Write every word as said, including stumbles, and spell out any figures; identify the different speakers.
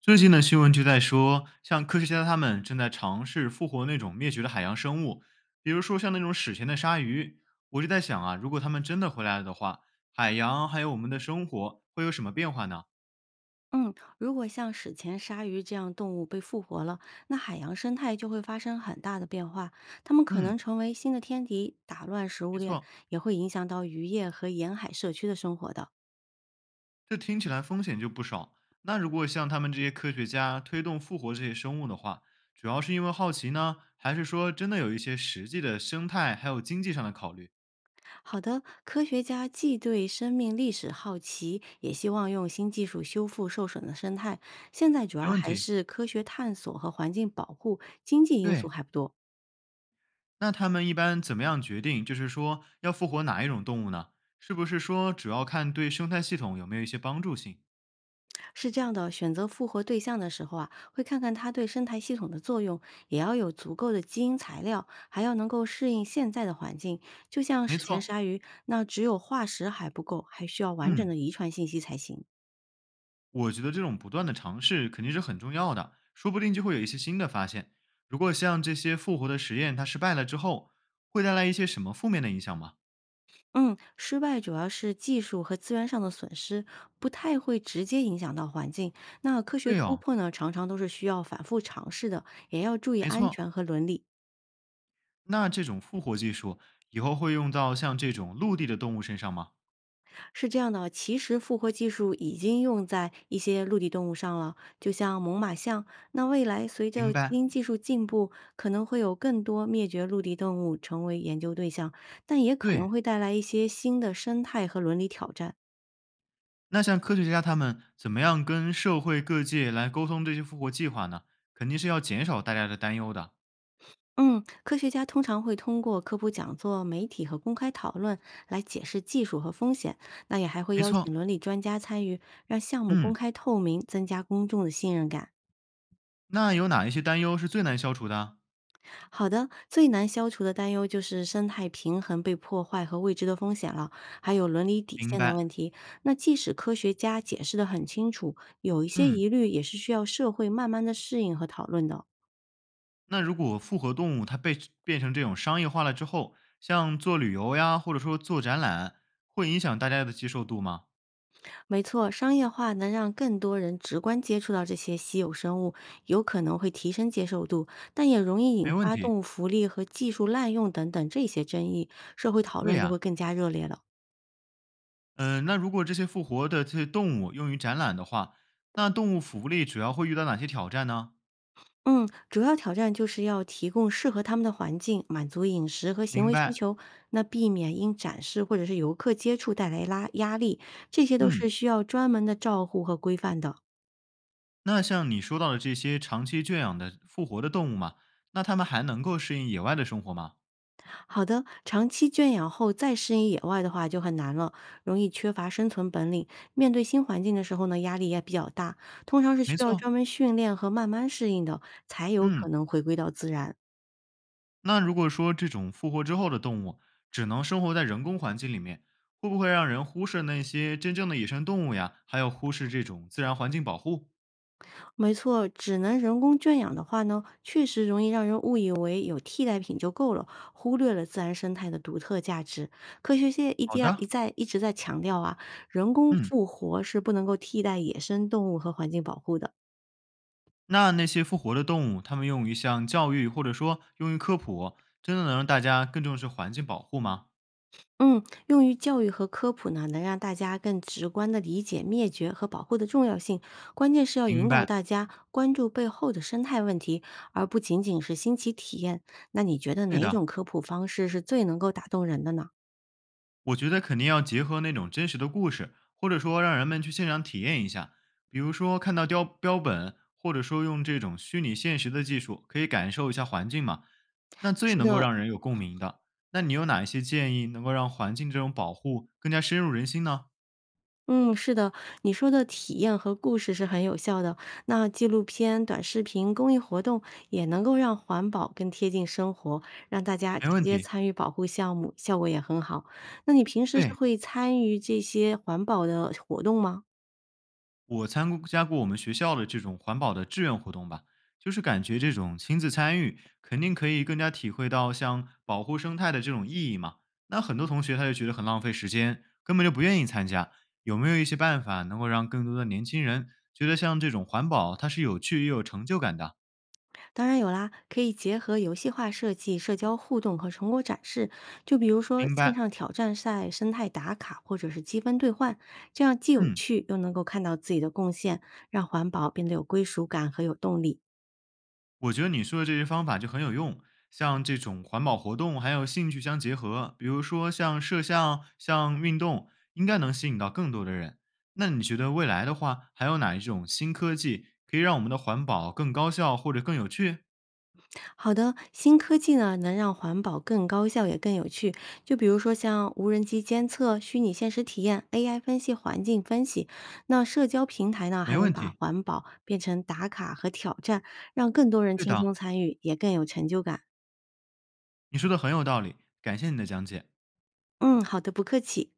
Speaker 1: 最近的新闻就在说，像科学家他们正在尝试复活那种灭绝的海洋生物，比如说像那种史前的鲨鱼。我就在想啊，如果他们真的回来了的话，海洋还有我们的生活会有什么变化呢？
Speaker 2: 嗯，如果像史前鲨鱼这样动物被复活了，那海洋生态就会发生很大的变化。它们可
Speaker 1: 嗯，
Speaker 2: 能成为新的天敌，打乱食物
Speaker 1: 没
Speaker 2: 链，
Speaker 1: 错，
Speaker 2: 也会影响到渔业和沿海社区的生活的。
Speaker 1: 这听起来风险就不少。那如果像他们这些科学家推动复活这些生物的话，主要是因为好奇呢，还是说真的有一些实际的生态还有经济上的考虑？
Speaker 2: 好的，科学家既对生命历史好奇，也希望用新技术修复受损的生态。现在主
Speaker 1: 没
Speaker 2: 要
Speaker 1: 问
Speaker 2: 还
Speaker 1: 题，
Speaker 2: 是科学探索和环境保护，经济因素
Speaker 1: 对。
Speaker 2: 还不多。
Speaker 1: 那他们一般怎么样决定，就是说要复活哪一种动物呢？是不是说主要看对生态系统有没有一些帮助性？
Speaker 2: 是这样的，选择复活对象的时候啊，会看看它对生态系统的作用，也要有足够的基因材料，还要能够适应现在的环境。就像
Speaker 1: 没
Speaker 2: 史前
Speaker 1: 错，
Speaker 2: 鲨鱼，那只有化石还不够，还需要完整
Speaker 1: 嗯，
Speaker 2: 的遗传信息才行。
Speaker 1: 我觉得这种不断的尝试肯定是很重要的，说不定就会有一些新的发现。如果像这些复活的实验它失败了之后，会带来一些什么负面的影响吗？
Speaker 2: 嗯，失败主要是技术和资源上的损失，不太会直接影响到环境。那科学
Speaker 1: 对
Speaker 2: 突
Speaker 1: 哦，
Speaker 2: 破呢，常常都是需要反复尝试的，也要注意
Speaker 1: 没
Speaker 2: 安
Speaker 1: 错。
Speaker 2: 全和伦理。
Speaker 1: 那这种复活技术以后会用到像这种陆地的动物身上吗？
Speaker 2: 是这样的，其实复活技术已经用在一些陆地动物上了，就像猛犸象。那未来随
Speaker 1: 明
Speaker 2: 着基
Speaker 1: 白。
Speaker 2: 因技术进步，可能会有更多灭绝陆地动物成为研究对象，但也可
Speaker 1: 对，
Speaker 2: 能会带来一些新的生态和伦理挑战。
Speaker 1: 那像科学家他们怎么样跟社会各界来沟通这些复活计划呢？肯定是要减少大家的担忧的。
Speaker 2: 嗯，科学家通常会通过科普讲座、媒体和公开讨论来解释技术和风险，那也还会
Speaker 1: 没
Speaker 2: 邀
Speaker 1: 错，
Speaker 2: 请伦理专家参与，让项目公
Speaker 1: 嗯，
Speaker 2: 开透明，增加公众的信任感。
Speaker 1: 那有哪一些担忧是最难消除的？
Speaker 2: 好的，最难消除的担忧就是生态平衡被破坏和未知的风险了，还有伦理底
Speaker 1: 明
Speaker 2: 线的
Speaker 1: 白，
Speaker 2: 问题。那即使科学家解释得很清楚，有一些
Speaker 1: 嗯，
Speaker 2: 疑虑也是需要社会慢慢的适应和讨论的。
Speaker 1: 那如果复合动物它被变成这种商业化了之后，像做旅游呀，或者说做展览，会影响大家的接受度吗？
Speaker 2: 没错，商业化能让更多人直观接触到这些稀有生物，有可能会提升接受度，但也容易
Speaker 1: 没
Speaker 2: 引
Speaker 1: 问
Speaker 2: 发
Speaker 1: 题，
Speaker 2: 动物福利和技术滥用等等这些争议，社会讨
Speaker 1: 对
Speaker 2: 论就会
Speaker 1: 呀、
Speaker 2: 更加热烈了。
Speaker 1: 嗯、那如果这些复活的这些动物用于展览的话，那动物福利主要会遇到哪些挑战呢？
Speaker 2: 嗯，主要挑战就是要提供适合他们的环境，满足饮食和行
Speaker 1: 明
Speaker 2: 为需
Speaker 1: 白，
Speaker 2: 求，那避免因展示或者是游客接触带来拉压力，这些都
Speaker 1: 嗯，
Speaker 2: 是需要专门的照护和规范的。
Speaker 1: 那像你说到的这些长期圈养的复活的动物嘛，那它们还能够适应野外的生活吗？
Speaker 2: 好的，长期圈养后再适应野外的话就很难了，容易缺乏生存本领。面对新环境的时候呢，压力也比较大，通常是需
Speaker 1: 没
Speaker 2: 要专
Speaker 1: 错，
Speaker 2: 门训练和慢慢适应的，才有可
Speaker 1: 嗯，
Speaker 2: 能回归到自然。
Speaker 1: 那如果说这种复活之后的动物只能生活在人工环境里面，会不会让人忽视那些真正的野生动物呀？还有忽视这种自然环境保护？
Speaker 2: 没错，只能人工圈养的话呢，确实容易让人误以为有替代品就够了，忽略了自然生态的独特价值。科学界一
Speaker 1: 好
Speaker 2: 定要一
Speaker 1: 的，
Speaker 2: 再一直在强调啊，人工
Speaker 1: 嗯，
Speaker 2: 复活是不能够替代野生动物和环境保护的。
Speaker 1: 那那些复活的动物，它们用于像教育或者说用于科普，真的能让大家更重视环境保护吗？
Speaker 2: 嗯，用于教育和科普呢，能让大家更直观地理解灭绝和保护的重要性。关键是要引
Speaker 1: 明
Speaker 2: 导
Speaker 1: 白，
Speaker 2: 大家关注背后的生态问题，而不仅仅是新奇体验。那你觉得哪
Speaker 1: 对
Speaker 2: 一
Speaker 1: 的。
Speaker 2: 种科普方式是最能够打动人的呢？
Speaker 1: 我觉得肯定要结合那种真实的故事，或者说让人们去现场体验一下。比如说看到雕标本，或者说用这种虚拟现实的技术，可以感受一下环境嘛。那最
Speaker 2: 是
Speaker 1: 能够
Speaker 2: 的，
Speaker 1: 让人有共鸣的，那你有哪一些建议能够让环境这种保护更加深入人心呢？
Speaker 2: 嗯，是的，你说的体验和故事是很有效的。那纪录片、短视频、公益活动也能够让环保更贴近生活，让大家
Speaker 1: 没
Speaker 2: 直
Speaker 1: 问
Speaker 2: 接
Speaker 1: 题，
Speaker 2: 参与保护项目，效果也很好。那你平时是
Speaker 1: 对。
Speaker 2: 会参与这些环保的活动吗？
Speaker 1: 我参加过我们学校的这种环保的志愿活动吧，就是感觉这种亲自参与，肯定可以更加体会到像保护生态的这种意义嘛。那很多同学他就觉得很浪费时间，根本就不愿意参加。有没有一些办法能够让更多的年轻人觉得像这种环保它是有趣又有成就感的？
Speaker 2: 当然有啦，可以结合游戏化设计、社交互动和成果展示，就比如说
Speaker 1: 明
Speaker 2: 线
Speaker 1: 白，
Speaker 2: 上挑战赛、生态打卡或者是积分兑换，这样既有
Speaker 1: 嗯。
Speaker 2: 趣又能够看到自己的贡献，让环保变得有归属感和有动力。
Speaker 1: 我觉得你说的这些方法就很有用，像这种环保活动还有兴趣相结合，比如说像摄像、像运动，应该能吸引到更多的人。那你觉得未来的话，还有哪一种新科技可以让我们的环保更高效或者更有趣？
Speaker 2: 好的，新科技呢能让环保更高效也更有趣，就比如说像无人机监测、虚拟现实体验、A I 分析、环境分析。那社交平台呢还
Speaker 1: 没
Speaker 2: 能
Speaker 1: 问
Speaker 2: 把
Speaker 1: 题，
Speaker 2: 环保变成打卡和挑战，让更多人
Speaker 1: 对
Speaker 2: 轻
Speaker 1: 的，
Speaker 2: 松参与，也更有成就感。
Speaker 1: 你说的很有道理，感谢你的讲解。
Speaker 2: 嗯，好的，不客气。